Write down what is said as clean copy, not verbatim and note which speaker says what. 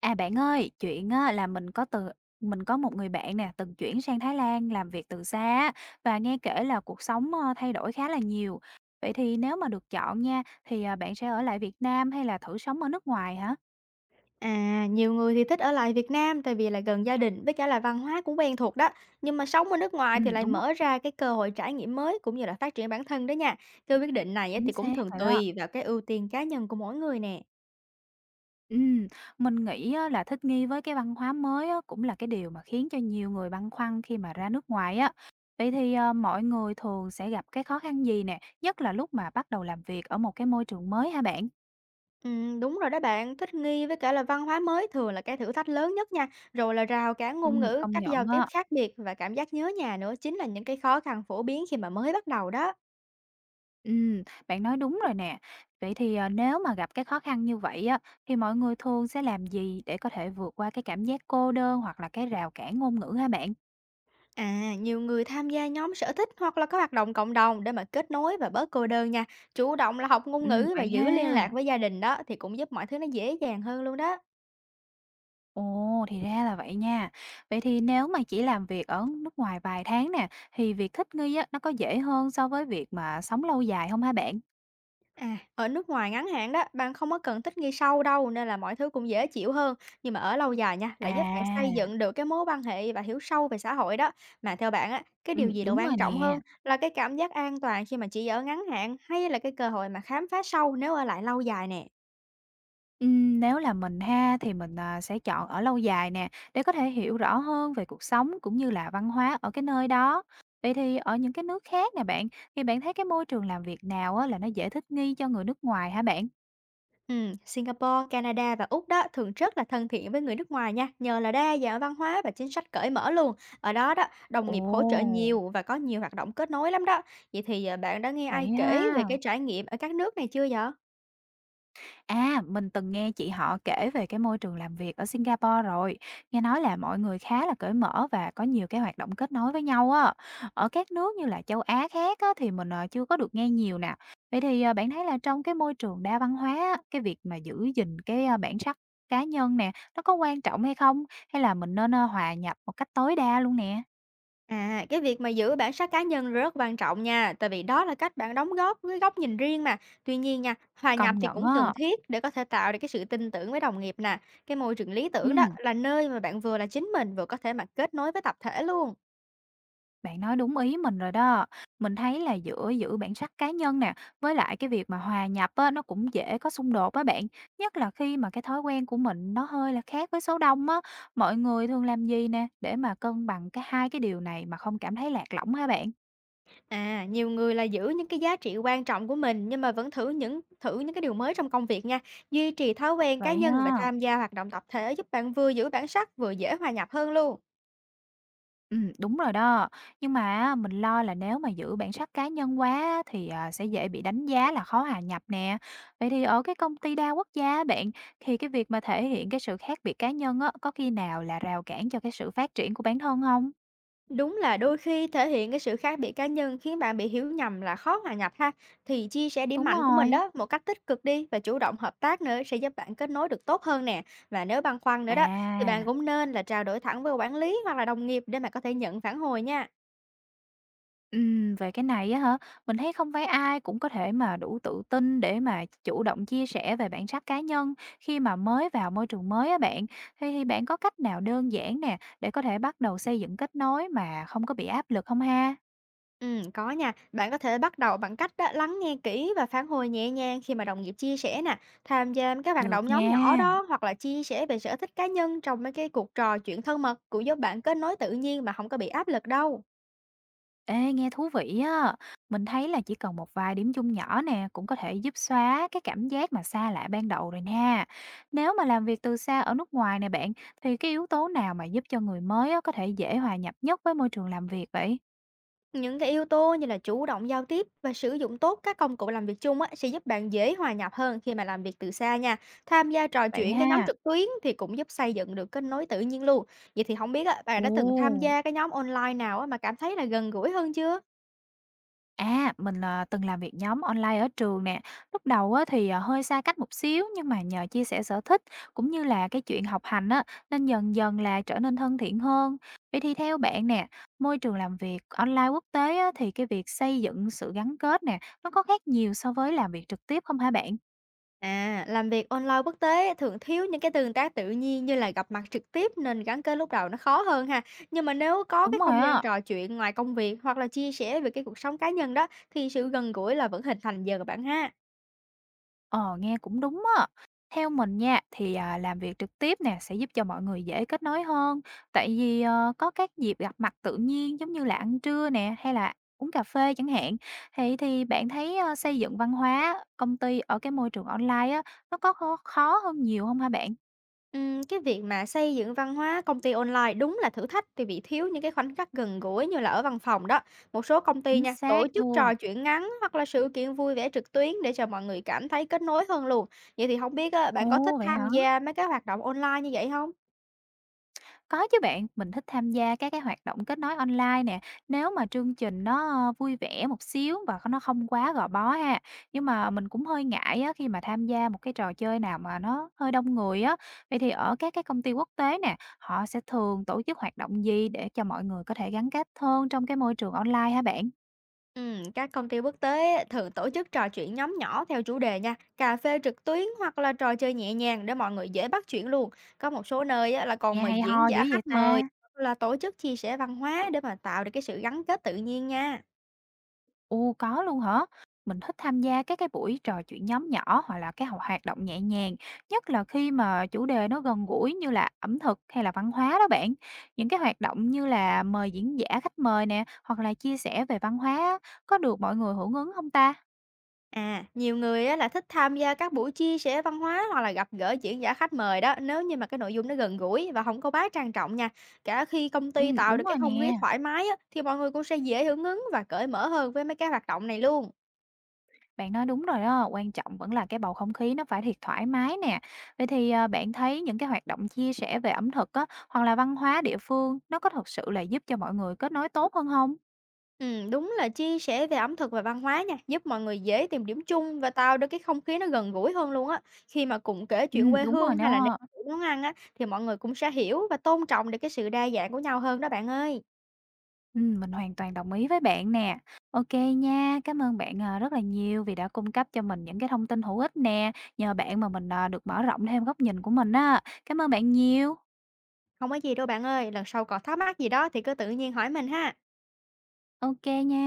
Speaker 1: À, bạn ơi, chuyện á là mình có một người bạn nè, từng chuyển sang Thái Lan làm việc từ xa á, và nghe kể là cuộc sống, thay đổi khá là nhiều. Vậy thì nếu mà được chọn nha, thì, à, bạn sẽ ở lại Việt Nam hay là thử sống ở nước ngoài hả?
Speaker 2: À, nhiều người thì thích ở lại Việt Nam tại vì là gần gia đình với cả là văn hóa cũng quen thuộc đó. Nhưng mà sống ở nước ngoài thì lại
Speaker 1: Đúng rồi,
Speaker 2: mở ra cái cơ hội trải nghiệm mới cũng như là phát triển bản thân đó nha. Cái quyết định này á, thì
Speaker 1: chính
Speaker 2: cũng
Speaker 1: xác
Speaker 2: thường
Speaker 1: rồi đó.
Speaker 2: tùy vào cái ưu tiên cá nhân của mỗi người nè.
Speaker 1: Ừm, mình nghĩ á là thích nghi với cái văn hóa mới á, cũng là cái điều mà khiến cho nhiều người băn khoăn khi mà ra nước ngoài á. Vậy thì, mọi người thường sẽ gặp cái khó khăn gì nè, nhất là lúc mà bắt đầu làm việc ở một cái môi trường mới hả bạn?
Speaker 2: Ừ, đúng rồi đó bạn, thích nghi với cả là văn hóa mới thường là cái thử thách lớn nhất nha. Rồi là rào cản ngôn ngữ,
Speaker 1: Công
Speaker 2: cách giao
Speaker 1: nhận
Speaker 2: tiếp
Speaker 1: á.
Speaker 2: khác biệt và cảm giác nhớ nhà nữa chính là những cái khó khăn phổ biến khi mà mới bắt đầu đó.
Speaker 1: Ừm, bạn nói đúng rồi nè. Vậy thì, nếu mà gặp cái khó khăn như vậy á, thì mọi người thường sẽ làm gì để có thể vượt qua cái cảm giác cô đơn hoặc là cái rào cản ngôn ngữ hả bạn?
Speaker 2: À, nhiều người tham gia nhóm sở thích hoặc là có hoạt động cộng đồng để mà kết nối và bớt cô đơn nha. Chủ động là học ngôn ngữ và
Speaker 1: Vậy
Speaker 2: giữ liên lạc
Speaker 1: ha.
Speaker 2: với gia đình đó thì cũng giúp mọi thứ nó dễ dàng hơn luôn đó.
Speaker 1: Ồ, thì ra là vậy nha. Vậy thì nếu mà chỉ làm việc ở nước ngoài vài tháng nè, thì việc thích nghi á, nó có dễ hơn so với việc mà sống lâu dài không hả bạn?
Speaker 2: À, ở nước ngoài ngắn hạn đó, bạn không có cần thích nghi sâu đâu nên là mọi thứ cũng dễ chịu hơn. Nhưng mà ở lâu dài nha, lại giúp bạn xây
Speaker 1: À,
Speaker 2: dựng được cái mối quan hệ và hiểu sâu về xã hội đó. Mà theo bạn á, cái điều gì là
Speaker 1: đúng
Speaker 2: quan
Speaker 1: rồi
Speaker 2: trọng
Speaker 1: nè.
Speaker 2: hơn, là cái cảm giác an toàn khi mà chỉ ở ngắn hạn hay là cái cơ hội mà khám phá sâu nếu ở lại lâu dài nè?
Speaker 1: Nếu là mình ha thì mình, à, sẽ chọn ở lâu dài nè, để có thể hiểu rõ hơn về cuộc sống cũng như là văn hóa ở cái nơi đó. Vậy thì ở những cái nước khác nè bạn, thì bạn thấy cái môi trường làm việc nào á là nó dễ thích nghi cho người nước ngoài hả bạn?
Speaker 2: Singapore, Canada và Úc đó thường rất là thân thiện với người nước ngoài nha, nhờ là đa dạng văn hóa và chính sách cởi mở luôn. Ở đó đó, đồng nghiệp hỗ trợ
Speaker 1: Ồ,
Speaker 2: nhiều và có nhiều hoạt động kết nối lắm đó. Vậy thì à, bạn đã nghe ai
Speaker 1: vậy
Speaker 2: kể về
Speaker 1: ha.
Speaker 2: cái trải nghiệm ở các nước này chưa vậy?
Speaker 1: À, mình từng nghe chị họ kể về cái môi trường làm việc ở Singapore rồi. Nghe nói là mọi người khá là cởi mở và có nhiều cái hoạt động kết nối với nhau á. Ở các nước như là châu Á khác á, thì mình chưa có được nghe nhiều nè. Vậy thì bạn thấy là trong cái môi trường đa văn hóa á, cái việc mà giữ gìn cái bản sắc cá nhân nè, nó có quan trọng hay không? Hay là mình nên hòa nhập một cách tối đa luôn nè?
Speaker 2: À, cái việc mà giữ bản sắc cá nhân rất quan trọng nha, tại vì đó là cách bạn đóng góp với góc nhìn riêng mà. Tuy nhiên nha, hòa nhập
Speaker 1: Công
Speaker 2: thì
Speaker 1: nhận
Speaker 2: cũng cần
Speaker 1: á.
Speaker 2: thiết để có thể tạo được cái sự tin tưởng với đồng nghiệp nè. Cái môi trường lý tưởng đó
Speaker 1: Ừ.
Speaker 2: là nơi mà bạn vừa là chính mình vừa có thể mà kết nối với tập thể luôn.
Speaker 1: Bạn nói đúng ý mình rồi đó. Mình thấy là giữa giữ bản sắc cá nhân nè, với lại cái việc mà hòa nhập á, nó cũng dễ có xung đột á bạn. Nhất là khi mà cái thói quen của mình nó hơi là khác với số đông á. Mọi người thường làm gì nè để mà cân bằng cái hai cái điều này mà không cảm thấy lạc lõng hả bạn?
Speaker 2: À, nhiều người là giữ những cái giá trị quan trọng của mình nhưng mà vẫn thử những cái điều mới trong công việc nha. Duy trì thói quen cá
Speaker 1: Vậy
Speaker 2: nhân và
Speaker 1: ha.
Speaker 2: tham gia hoạt động tập thể giúp bạn vừa giữ bản sắc vừa dễ hòa nhập hơn luôn.
Speaker 1: Đúng rồi đó. Nhưng mà á, mình lo là nếu mà giữ bản sắc cá nhân quá á, thì, à, sẽ dễ bị đánh giá là khó hòa nhập nè. Vậy thì ở cái công ty đa quốc gia á bạn, thì cái việc mà thể hiện cái sự khác biệt cá nhân á, có khi nào là rào cản cho cái sự phát triển của bản thân không.
Speaker 2: Đúng là đôi khi thể hiện cái sự khác biệt cá nhân khiến bạn bị hiểu nhầm là khó hòa nhập ha. Thì chia sẻ điểm
Speaker 1: Đúng
Speaker 2: mạnh của mình
Speaker 1: rồi.
Speaker 2: đó một cách tích cực đi, và chủ động hợp tác nữa sẽ giúp bạn kết nối được tốt hơn nè. Và nếu băn khoăn nữa đó, thì bạn
Speaker 1: À.
Speaker 2: cũng nên là trao đổi thẳng với quản lý hoặc là đồng nghiệp để mà có thể nhận phản hồi nha.
Speaker 1: Về cái này á hả? Mình thấy không phải ai cũng có thể mà đủ tự tin để mà chủ động chia sẻ về bản sắc cá nhân khi mà mới vào môi trường mới á bạn. Thế thì bạn có cách nào đơn giản nè để có thể bắt đầu xây dựng kết nối mà không có bị áp lực không ha?
Speaker 2: Có nha. Bạn có thể bắt đầu bằng cách á, lắng nghe kỹ và phản hồi nhẹ nhàng khi mà đồng nghiệp chia sẻ nè, tham gia mấy cái hoạt
Speaker 1: Được
Speaker 2: động nhóm nhỏ
Speaker 1: nha.
Speaker 2: đó, hoặc là chia sẻ về sở thích cá nhân trong mấy cái cuộc trò chuyện thân mật, cũng giúp bạn kết nối tự nhiên mà không có bị áp lực đâu.
Speaker 1: Ê, nghe thú vị á. Mình thấy là chỉ cần một vài điểm chung nhỏ nè cũng có thể giúp xóa cái cảm giác mà xa lạ ban đầu rồi nha. Nếu mà làm việc từ xa ở nước ngoài nè bạn, thì cái yếu tố nào mà giúp cho người mới á, có thể dễ hòa nhập nhất với môi trường làm việc vậy?
Speaker 2: Những cái yếu tố như là chủ động giao tiếp và sử dụng tốt các công cụ làm việc chung á, sẽ giúp bạn dễ hòa nhập hơn khi mà làm việc từ xa nha. Tham gia trò
Speaker 1: Vậy
Speaker 2: chuyện cái nhóm
Speaker 1: ha.
Speaker 2: trực tuyến thì cũng giúp xây dựng được kết nối tự nhiên luôn. Vậy thì không biết á, bạn đã từng tham
Speaker 1: Ồ.
Speaker 2: gia cái nhóm online nào á, mà cảm thấy là gần gũi hơn chưa?
Speaker 1: À, mình, từng làm việc nhóm online ở trường nè. Lúc đầu á thì, hơi xa cách một xíu, nhưng mà nhờ chia sẻ sở thích cũng như là cái chuyện học hành á, nên dần dần là trở nên thân thiện hơn. Vậy thì theo bạn nè, môi trường làm việc online quốc tế á, thì cái việc xây dựng sự gắn kết nè, nó có khác nhiều so với làm việc trực tiếp không hả bạn?
Speaker 2: À, làm việc online quốc tế thường thiếu những cái tương tác tự nhiên như là gặp mặt trực tiếp, nên gắn kết lúc đầu nó khó hơn ha. Nhưng mà nếu có
Speaker 1: Đúng
Speaker 2: cái
Speaker 1: rồi
Speaker 2: không gian
Speaker 1: á.
Speaker 2: trò chuyện ngoài công việc, hoặc là chia sẻ về cái cuộc sống cá nhân đó, thì sự gần gũi là vẫn hình thành dần bạn ha.
Speaker 1: Ờ, nghe cũng đúng á. Theo mình nha, thì, à, làm việc trực tiếp nè sẽ giúp cho mọi người dễ kết nối hơn, tại vì, có các dịp gặp mặt tự nhiên giống như là ăn trưa nè, hay là uống cà phê chẳng hạn. Thì bạn thấy, xây dựng văn hóa công ty ở cái môi trường online á, nó có khó khó hơn nhiều không hả bạn?
Speaker 2: Cái việc mà xây dựng văn hóa công ty online đúng là thử thách, vì bị thiếu những cái khoảnh khắc gần gũi như là ở văn phòng đó. Một số công ty
Speaker 1: Chính
Speaker 2: nha, tổ
Speaker 1: xác
Speaker 2: chức trò
Speaker 1: luôn.
Speaker 2: chuyện ngắn hoặc là sự kiện vui vẻ trực tuyến để cho mọi người cảm thấy kết nối hơn luôn. Vậy thì không biết á, bạn có thích
Speaker 1: Ồ, vậy hả?
Speaker 2: tham gia mấy cái hoạt động online như vậy không?
Speaker 1: Có chứ bạn, mình thích tham gia các cái hoạt động kết nối online nè, nếu mà chương trình nó vui vẻ một xíu và nó không quá gò bó ha. Nhưng mà mình cũng hơi ngại á, khi mà tham gia một cái trò chơi nào mà nó hơi đông người á. Vậy thì ở các cái công ty quốc tế nè, họ sẽ thường tổ chức hoạt động gì để cho mọi người có thể gắn kết hơn trong cái môi trường online hả bạn?
Speaker 2: Các công ty quốc tế á, thường tổ chức trò chuyện nhóm nhỏ theo chủ đề nha, cà phê trực tuyến hoặc là trò chơi nhẹ nhàng để mọi người dễ bắt chuyện luôn. Có một số nơi á, là còn
Speaker 1: Nghe
Speaker 2: mời
Speaker 1: hay ho
Speaker 2: diễn
Speaker 1: dữ
Speaker 2: giả
Speaker 1: vậy
Speaker 2: khách
Speaker 1: ta.
Speaker 2: mời hoặc là tổ chức chia sẻ văn hóa để mà tạo được cái sự gắn kết tự nhiên nha.
Speaker 1: Ồ, có luôn hả? Mình thích tham gia các cái buổi trò chuyện nhóm nhỏ hoặc là cái hoạt động nhẹ nhàng, nhất là khi mà chủ đề nó gần gũi như là ẩm thực hay là văn hóa đó bạn. Những cái hoạt động như là mời diễn giả khách mời nè, hoặc là chia sẻ về văn hóa á, có được mọi người hưởng ứng không ta?
Speaker 2: À, nhiều người á, là thích tham gia các buổi chia sẻ văn hóa hoặc là gặp gỡ diễn giả khách mời đó, nếu như mà cái nội dung nó gần gũi và không có quá trang trọng nha. Cả khi công
Speaker 1: Ừ,
Speaker 2: ty tạo được
Speaker 1: đúng
Speaker 2: cái
Speaker 1: rồi nè.
Speaker 2: không khí thoải mái á, thì mọi người cũng sẽ dễ hưởng ứng và cởi mở hơn với mấy cái hoạt động này luôn.
Speaker 1: Bạn nói đúng rồi đó, quan trọng vẫn là cái bầu không khí nó phải thiệt thoải mái nè. Vậy thì à, bạn thấy những cái hoạt động chia sẻ về ẩm thực á, hoặc là văn hóa địa phương nó có thật sự là giúp cho mọi người kết nối tốt hơn không?
Speaker 2: Đúng là chia sẻ về ẩm thực và văn hóa nha, giúp mọi người dễ tìm điểm chung và tạo được cái không khí nó gần gũi hơn luôn á. Khi mà cùng kể chuyện quê
Speaker 1: Đúng rồi
Speaker 2: hương hay là nếm
Speaker 1: đó.
Speaker 2: thử món ăn á, thì mọi người cũng sẽ hiểu và tôn trọng được cái sự đa dạng của nhau hơn đó bạn ơi.
Speaker 1: Mình hoàn toàn đồng ý với bạn nè. OK nha, cám ơn bạn, rất là nhiều vì đã cung cấp cho mình những cái thông tin hữu ích nè. Nhờ bạn mà mình, được mở rộng thêm góc nhìn của mình á. Cảm ơn bạn nhiều.
Speaker 2: Không có gì đâu bạn ơi, lần sau còn thắc mắc gì đó thì cứ tự nhiên hỏi mình ha.
Speaker 1: OK nha.